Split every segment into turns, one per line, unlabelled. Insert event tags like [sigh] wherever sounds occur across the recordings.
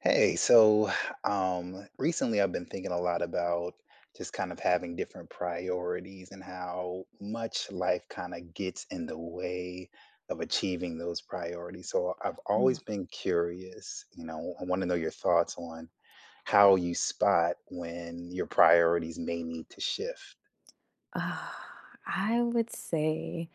Hey, so recently I've been thinking a lot about just kind of having different priorities and how much life kind of gets in the way of achieving those priorities. So I've
Yeah.
always been curious, you know, I want to know your thoughts on how you spot when your priorities may need to shift.
Uh, I would say,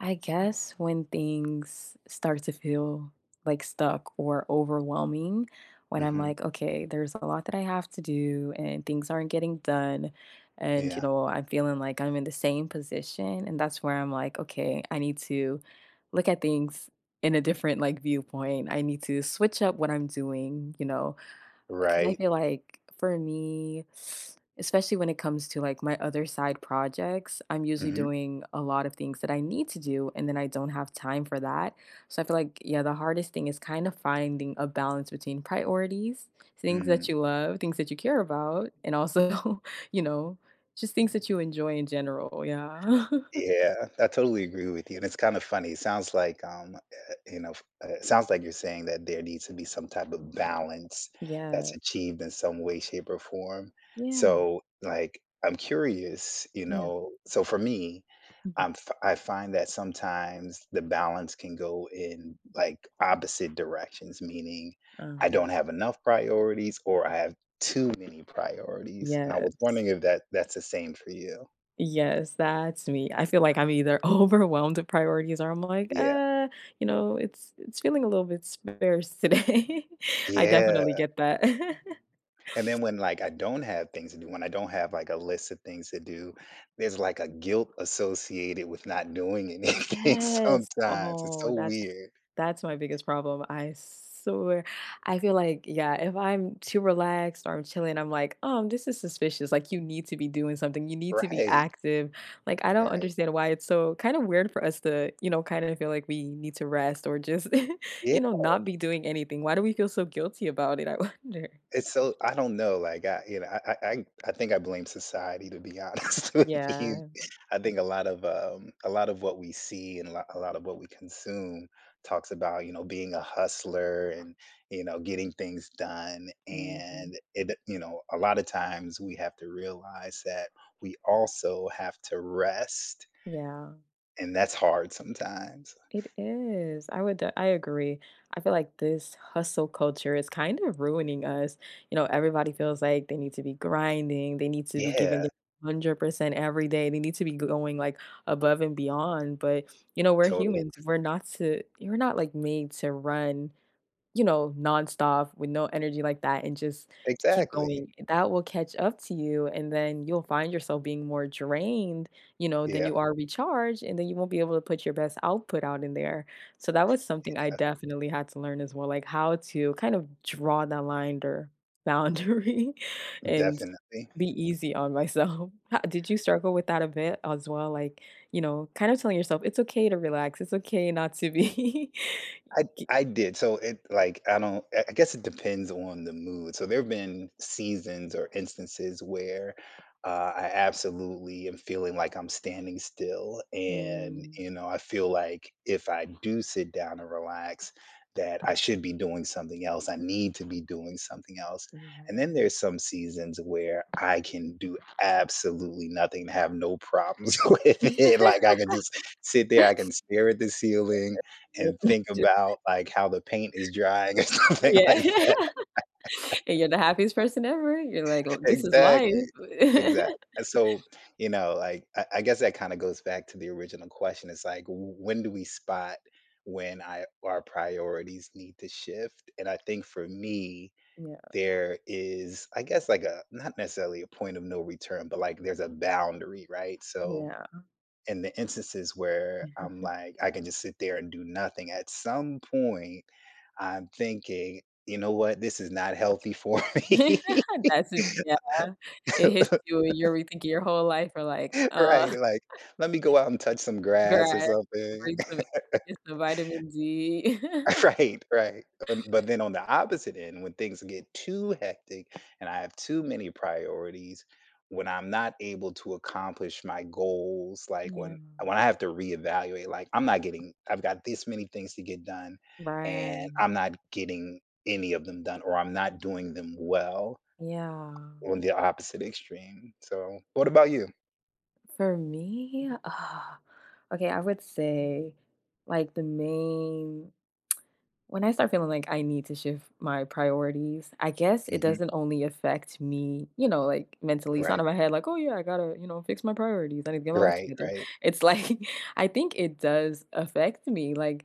I guess when things start to feel like stuck or overwhelming, when I'm
Hmm.
like, okay, there's a lot that I have to do and things aren't getting done. And, you
Yeah,
know, I'm feeling like I'm in the same position. And that's where I'm like, okay, I need to look at things in a different like viewpoint. I need to switch up what I'm doing, you know. Because I
right.
feel like for me, especially when it comes to like my other side projects, I'm usually
Hmm.
doing a lot of things that I need to do and then I don't have time for that. So I feel like, yeah, the hardest thing is kind of finding a balance between priorities, things that you love, things that you care about, and also, [laughs] you know, just things that you enjoy in general. Yeah.
Yeah, I totally agree with you, and it's kind of funny. It sounds like, you know, it sounds like you're saying that there needs to be some type of balance
[laughs] Yeah.
that's achieved in some way, shape, or form.
Yeah.
So, like, I'm curious, you
Yeah.
know. So for me,
Mhm.
I find that sometimes the balance can go in like opposite directions, meaning
Uh,
I don't have enough priorities or I have too many priorities. And I was
yes.
wondering if that's the same for you.
Yes, that's me. I feel like I'm either [laughs] overwhelmed with priorities or I'm like,
Yeah.
you know, it's feeling a little bit sparse today. [laughs] I
Yeah.
definitely get that. [laughs]
And then when like I don't have things to do, when I don't have like a list of things to do, there's like a guilt associated with not doing anything [laughs]
Yes.
sometimes. It's
Oh,
so
that's
weird.
that's my biggest problem. I swear. I feel like, yeah, if I'm too relaxed or I'm chilling, I'm like, this is suspicious. Like you need to be doing something. You need to be
Right.
active. Like I don't
Right.
understand why it's so kind of weird for us to, you know, kind of feel like we need to rest or just, [laughs] you
Yeah.
know, not be doing anything. Why do we feel so guilty about it? I [laughs] wonder.
It's so I don't know, like, I you know, I think I blame society, to be honest [laughs] with you.
Yeah.
I think a lot of what we see and a lot of what we consume talks about, you know, being a hustler and, you know, getting things done,
Hmm.
and it you know, a lot of times we have to realize that we also have to rest,
Yeah.
and that's hard sometimes.
It is. I agree. I feel like this hustle culture is kind of ruining us. You know, everybody feels like they need to be grinding, they need to be giving
Yeah,
their 100% every day. They need to be going like above and beyond, but you know, we're
totally.
humans. We're not like made to run, you know, nonstop with no energy like that and just keep
Exactly.
going. That will catch up to you, and then you'll find yourself being more drained, you know, than
Yeah,
you are recharged, and then you won't be able to put your best output out in there. So that was something I definitely had to learn as well, like how to kind of draw that line or boundary [laughs] and
definitely.
be easy on myself. [laughs] Ho did you struggle with that a bit as well? Like, you know, kind of telling yourself, "It's okay to relax. It's okay not to be."
I did. So it like I don't I guess it depends on the mood. So there have been seasons or instances where I absolutely am feeling like I'm standing
[laughs]
still, and
Mm.
you know I feel like if I do sit down and relax, that I should be doing something else. I need to be doing something else. And then
Right.
there's some seasons where I can do absolutely nothing, have no problems [laughs] with it. Like
[laughs]
I can just sit there, I can stare at the ceiling,
Yep.
and
[laughs]
think
Just
about, like, how the paint is drying or [laughs] something
yeah.
like that.
[laughs] And you're the happiest person ever. You're like, "L this is life."
Exactly.
[laughs]
Exactly. And so, you know, like, I guess that kinda goes back to the original question. It's like, w when do we spot when I our priorities need to shift? And I think for me,
Yeah,
there is, I guess, like, a not necessarily a point of no return, but, like, there's a boundary, right? So
yeah.
in the instances where I'm like, I can just sit there and do nothing. At some point, I'm thinking, you know what? This is not healthy for [laughs] me.
[laughs] That's yeah. It hits
[laughs]
you and you're rethinking your whole life. Or like,
Right. Like, let me go out and touch some
[laughs]
grass or
grass,
something.
bring some, get some vitamin D. [laughs]
[laughs] Right, right. But then on the opposite end, when things get too hectic and I have too many priorities, when I'm not able to accomplish my goals, like
Yeah.
when I have to reevaluate, like I'm not getting, I've got this many things to get done,
Right.
and I'm not getting any of them done, or I'm not doing them well
Yeah.
on the opposite extreme. So, what about you?
For me, [sighs] okay, I would say, like, the main. When I start feeling like I need to shift my priorities, I guess it
Hmm.
doesn't only affect me, you know, like mentally. It's not
Right,
in my head, like, oh yeah, I gotta, you know, fix my priorities. I need to get my life
right,
together.
right.
It's like, [laughs] I think it does affect me, like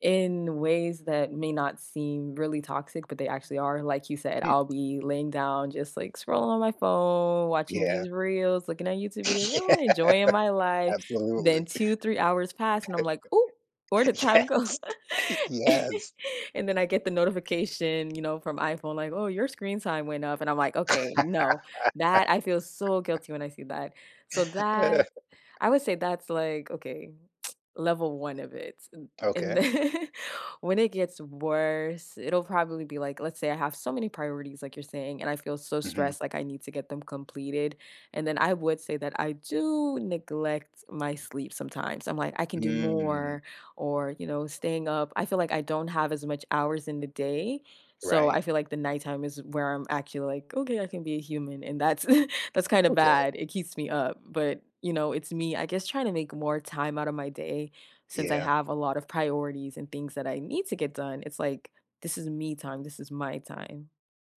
in ways that may not seem really toxic, but they actually are. Like you said,
Hmm.
I'll be laying down, just like scrolling on my phone, watching
Yeah,
these reels, looking at YouTube videos,
[laughs] yeah,
oh, enjoying my life.
absolutely.
Then two, 3 hours pass, and I'm like, oh, where did
[laughs]
time go?
Yes, [laughs]
[laughs] [laughs]
yes.
And then I get the notification, you know, from iPhone like, "Oh, your screen time went up." And I'm like, "Okay, no." That I feel so guilty when I see that. So that
[laughs]
I would say that's like, okay, [tsk] level 1 of it. And
Eh,
and
okay.
then [laughs] when it gets worse, it'll probably be like, let's say I have so many priorities, like you're saying, and I feel so
Mhm.
stressed, like I need to get them completed. And then I would say that I do neglect my sleep sometimes. I'm like, I can do
Mm,
more, or, you know, staying up. I feel like I don't have as much hours in the day. So I
right.
feel like the nighttime is where I'm actually like, okay, I can be a human. And that's [laughs] that's kind of
Okay.
bad. It keeps me up, but you know, it's me, I guess, trying to make more time out of my day since I
Yeah.
have a lot of priorities and things that I need to get done. It's like, this is me time. This is my time.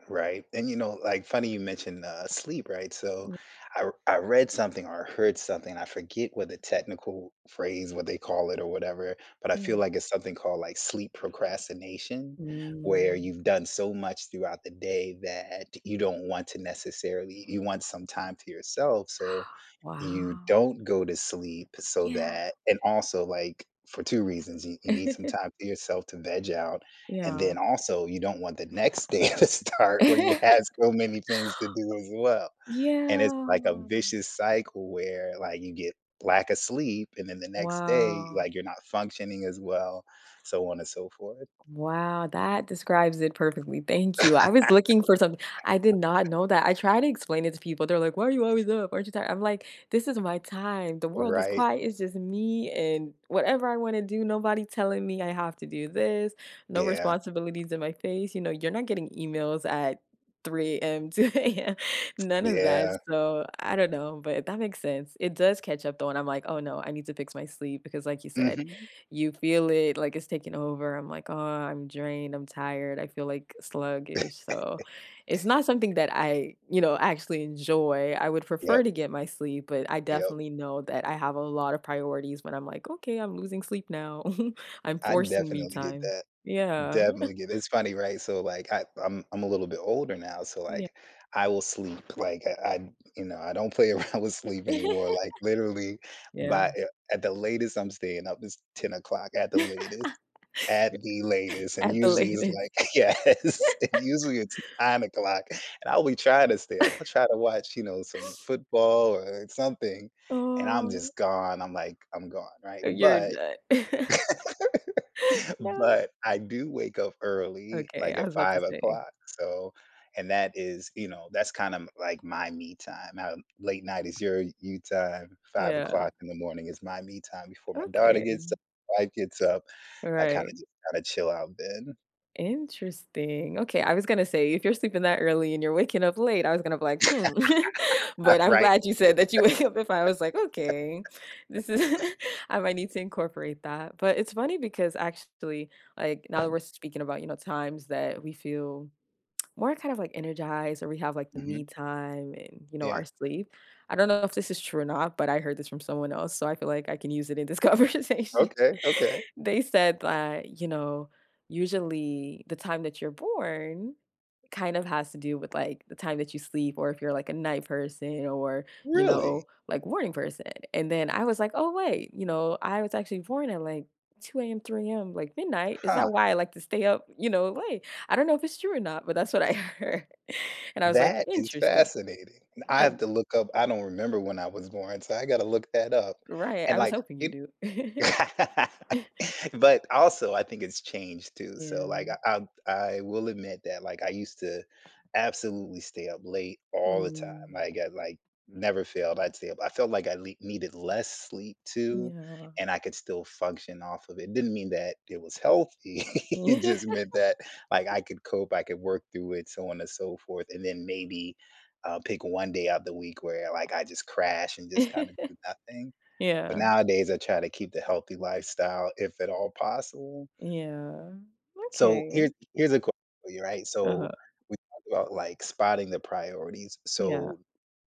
Right, and, you know, like, funny you mentioned, sleep, right? So,
Yeah.
I read something or heard something, I forget what the technical phrase, what they call it or whatever, but I
Mm.
feel like it's something called, like, sleep procrastination, where
Mm,
you've done so much throughout the day that you don't want to necessarily you want some time to yourself, so you
wow.
don't go to sleep so
Yeah.
that and also, like, for 2 reasons, you need some time
[laughs]
to yourself to veg out, and
Yeah.
then also, you don't want the next day [laughs] to start where you have
[laughs]
so many things to do as well. And it's
Yeah.
like a vicious cycle where like you get lack of sleep and then the next day,
Wow.
like you're not functioning as well, so on and so forth.
Wow, that describes it perfectly. Thank you. I was looking for something. I did not know that. I try to explain it to people. They're like, "Why are you always up? Aren't you tired?" I'm like, "This is my time. The world is
Right.
quiet. It's just me and whatever I want to do. Nobody telling me I have to do this. No
Yeah.
responsibilities in my face. You know, you're not getting emails at 3 a.m., 2 a.m. [laughs] None of that.
Yeah.
So I don't know, but that makes sense. It does catch up though, and I'm like, "Oh no, I need to fix my sleep because, like you said,
Mhm.
you feel it, like, it's taking over. I'm like, "Oh, I'm drained, I'm tired, I feel, like, sluggish," so, it's not something that I, you know, actually enjoy. I would
Yep.
prefer to get my sleep, but I
Yep.
definitely know that I have a lot of priorities when I'm like, "Okay, I'm losing sleep now. [laughs] I'm
I
forcing me
definitely get
time."
that.
Yeah.
Definitely
[laughs]
get it's funny, right? So, like, I'm a little bit older now, so,
Yeah.
like, I will sleep, like, I you know, I don't play [laughs] around with sleep anymore,
[laughs]
like, literally by
Yeah.
eh, at the latest, I'm staying up, is 10 o'clock at the
[laughs]
latest, and
At the
usually it's
latest.
like [laughs] yes, and usually it's 9 o'clock, and I'll be trying to stay up, I'll
[laughs]
try to watch, you know, some football or something, and I'm
Oh,
just gone, I'm like, I'm gone, right?
you're
But
done. [laughs] No.
but I do wake up early,
Okay,
like
I
at
was about to
five
say.
o'clock. So and that is, you know, that's kind of like my me time. How late night is your you time? Five
Yeah,
o'clock in the morning is my me time before my daughter
okay,
gets up, wife gets up. I kinda
right.
just kinda chill out then.
Interesting. Okay, I was gonna say, if you're sleeping that early and you're waking up late, I was gonna be like, "Hmm." [laughs]
[laughs]
But I'm
Right.
glad you said that you [laughs] wake up. If I was like, "Okay, this is" [laughs] I might need to incorporate that. But it's funny because actually, like, now that we're speaking about, you know, times that we feel more kind of like energized or we have like the me
Mhm.
time and you know our
Yeah.
sleep, I don't know if this is true or not but I heard this from someone else so I feel like I can use it in this [laughs] conversation.
Okay, okay.
[laughs] They said that, you know, usually the time that you're born kind of has to do with like the time that you sleep or if you're like a night person or you
Really?
know like morning person. And then I was like, oh wait, you know, I was actually born at like 2 a.m, 3 a.m, like midnight. Is that
Huh.
why I like to stay up, you know, late? I don't know if it's true or not but that's what I [laughs] heard. And I was like,
That is
interesting.
fascinating. I
uh,
have to look up I don't remember when I was born, so I gotta look that up.
right, I
And
was
like,
hoping you
it
do. [laughs]
[laughs] But also, I think it's changed too. So,
Yeah.
like, I will admit that, like, I used to absolutely stay up late all the time.
Mm.
Like, I like never failed. I'd stay up. I felt like I le needed less sleep too,
Yeah.
and I could still function off of it. Didn't mean that it was healthy.
[laughs]
[laughs] It just
Yeah.
meant that, like, I could cope, I could work through it, so on and so forth, and then maybe, pick one day out the week where, like, I just crash and just kinda do nothing. But
Yeah.
nowadays, I try to keep the healthy lifestyle if at all possible.
Yeah.
So
Okay.
here's a question for you, right? So
Uh-huh.
we talked about like spotting the priorities.
Yeah.
So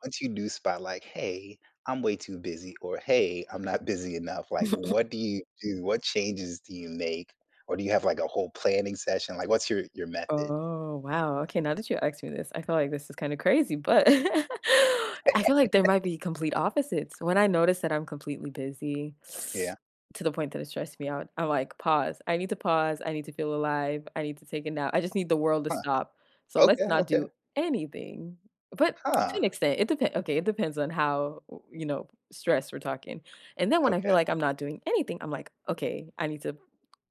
once you do spot like, hey, I'm way too busy, or hey, I'm not [laughs] busy enough, like what do you do? What changes do you make? Or do you have like a whole planning session? Like what's your method?
Oh, wow. Okay, now that you asked me this, I feel like this is kind of crazy, but [laughs] I feel like there might be complete opposites. When I notice that I'm completely busy
Yeah.
[sniffs] to the point that it stressed me out, I'm like, pause. I need to pause. I need to feel alive. I need to take a nap. I just need the world to
Huh.
stop. So let's
Okay,
not
okay.
do anything. But to
Huh.
an extent, it depends. Okay, it depends on how, you know, stressed we're talking. And then when I feel
Okay.
like I'm not doing anything, I'm like, okay, I need to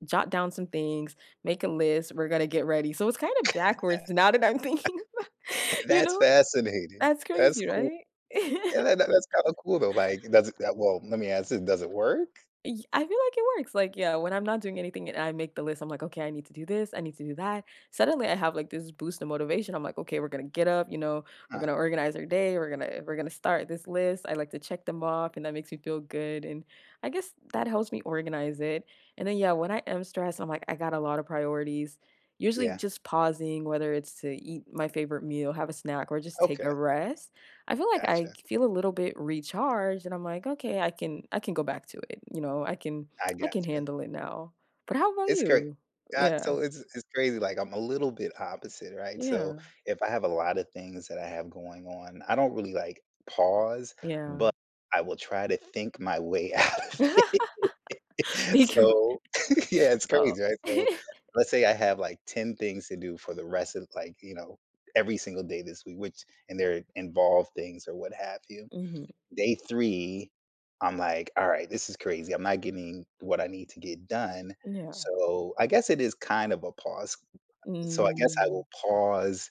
jot down some things. Make a list, we're gonna get ready. So it's kinda backwards now that I'm thinking about,
[laughs]
[laughs] you
That's
know?
fascinating.
That's
That's
crazy,
cool.
right? [laughs]
Yeah, that's kind of cool though. Like, does it, that, well, let me ask this, does it work?
Y I feel like it works, like, yeah, when I'm not doing anything and I make the list, I'm like, "Okay, I need to do this, I need to do that." Suddenly, I have, like, this boost of motivation, I'm like, "Okay, we're gonna get up, you know, we're
Huh,
gonna organize our day, we're gonna start this list." I like to check them off, and that makes me feel good, and I guess that helps me organize it, and then, yeah, when I am stressed, I'm like, I got a lot of priorities, usually
yeah.
just pausing, whether it's to eat my favorite meal, have a snack, or just take
Okay,
a rest. I feel like I
gotcha.
feel a little bit recharged and I'm like, "Okay, I can go back to it," you know,
I
I can
gotcha.
handle it now." But how about
It's great.
you? Yeah.
So it's crazy, like, I'm a little bit opposite, right? So,
Yeah.
if I have a lot of things that I have going on, I don't really, like, pause,
Yeah.
but I will try to think my way [laughs] out of it.
[laughs]
[laughs]
Thank you.
So [laughs] yeah, it's
Oh.
crazy, right? So,
[laughs]
let's say I have, like, 10 things to do for the rest of, like, you know, every single day this week, which and they're involved things or what have you.
Mhm.
Day 3, I'm like, "Alright, this is crazy. I'm not getting what I need to get done."
Yeah.
So, I guess it is kind of a pause. So, I guess I
Mm.
will pause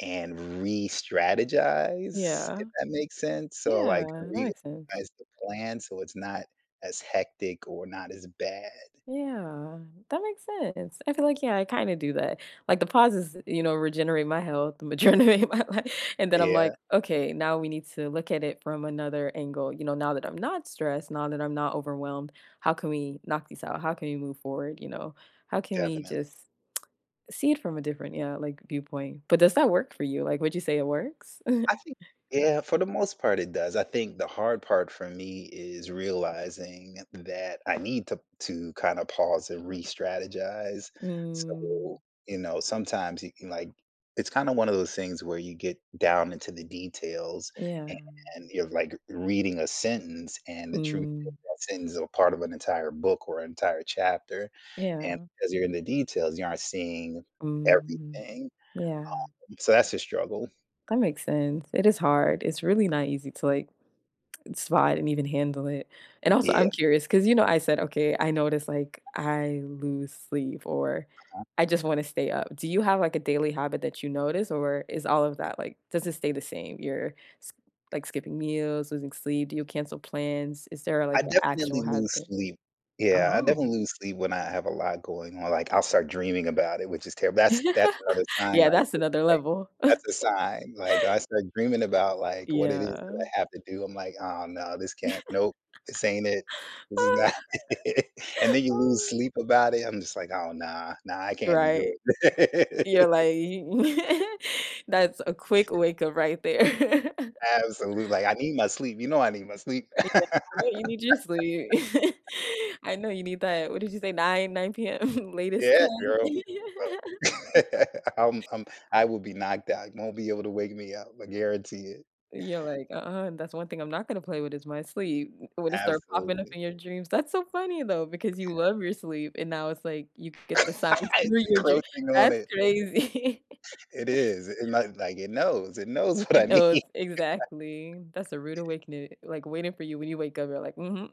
and re-strategize
Yeah.
if that makes sense. So, like,
Yeah, that makes sense.
reorganize the plan so it's not as hectic or not as bad.
Yeah, that makes sense. I feel like, yeah, I kinda do that. Like, the pauses, you know, regenerate my health, [laughs] regenerate my life, and then I'm like,
Yeah,
"Okay, now we need to look at it from another angle." You know, now that I'm not stressed, now that I'm not overwhelmed, how can we knock these out? How can we move forward, you know? How can we
definitely.
just see it from a different, yeah, like, viewpoint? But does that work for you? Like, would you say it works?
I
[laughs]
think yeah, for the most part it does. I think the hard part for me is realizing that I need to kinda pause and re-strategize.
Mm,
So, you know, sometimes you can, like it's kinda one of those things where you get down into the details
yeah.
and and you're, like, reading a sentence, and the truth is
Mm,
that sentence is a part of an entire book or an entire chapter, and
yeah.
because you're in the details, you aren't seeing
Mm,
everything.
yeah.
So that's a struggle.
That makes sense. It is hard. It's really not easy to like spot and even handle it. And also,
Yeah.
I'm curious because you know, I said, okay, I notice like I lose sleep or I just want to stay up. Do you have like a daily habit that you notice, or is all of that like does it stay the same? S- like skipping meals, losing sleep. Do you cancel plans? Is there like
I
an actual
definitely lose
habit?
sleep. Yeah, I
Oh,
definitely lose sleep when I have a lot going on, like, I'll start dreaming about it, which is terrible. That's
[laughs]
another sign
yeah,
right
that's
there,
another
like,
level. [laughs]
that's a sign, like, I start dreaming about, like, what it is
Yeah.
that I have to do. I'm like, "Oh, no, this can't nope, this ain't it. This is not
[laughs]
[laughs] And then you lose
Oh,
sleep about it. I'm just like, "Oh, nah, nah, I can't be
right.
doing"
You're
it.
like, [laughs] that's a quick wake up right there. [laughs]
[laughs] Absolutely, like, I need my sleep. You know I need my sleep.
Yeah, I know you need your sleep. [laughs] I know you need that. What did you say? 9 PM, [laughs] latest
Yeah,
10?
girl.
[laughs]
Uh, [laughs] I'm I'm I will be knocked out. You won't be able to wake me up. I guarantee it.
You're like, "Uh-uh, and that's one thing I'm not gonna play with is my sleep." When it start popping up
Absolutely.
in your dreams. That's so funny though, because you love your sleep, and now it's like you get the
[laughs]
signs [laughs]
It's
through your dream.
encroaching on
That's
it.
crazy. [laughs]
It is. It might like it knows. It knows what
It
I
knows,
need. [laughs]
exactly. That's a rude awakening, like, waiting for you when you wake up, you're like, "Mhm."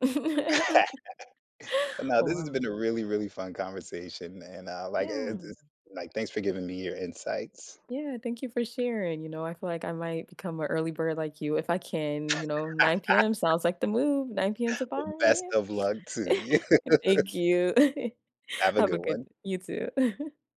But
[laughs]
no, this
Wow.
has been a really, really fun conversation. And like
Yeah.
it's like thanks for giving me your insights.
Yeah, thank you for sharing, you know, I feel like I might become an early bird like you if I can, you know, 9 PM sounds like the move, 9 PM to
Well, best
5
of luck to
AM.
you.
[laughs] Thank you. [laughs]
[laughs] Have a
Have a
good
good
one.
you too. [laughs]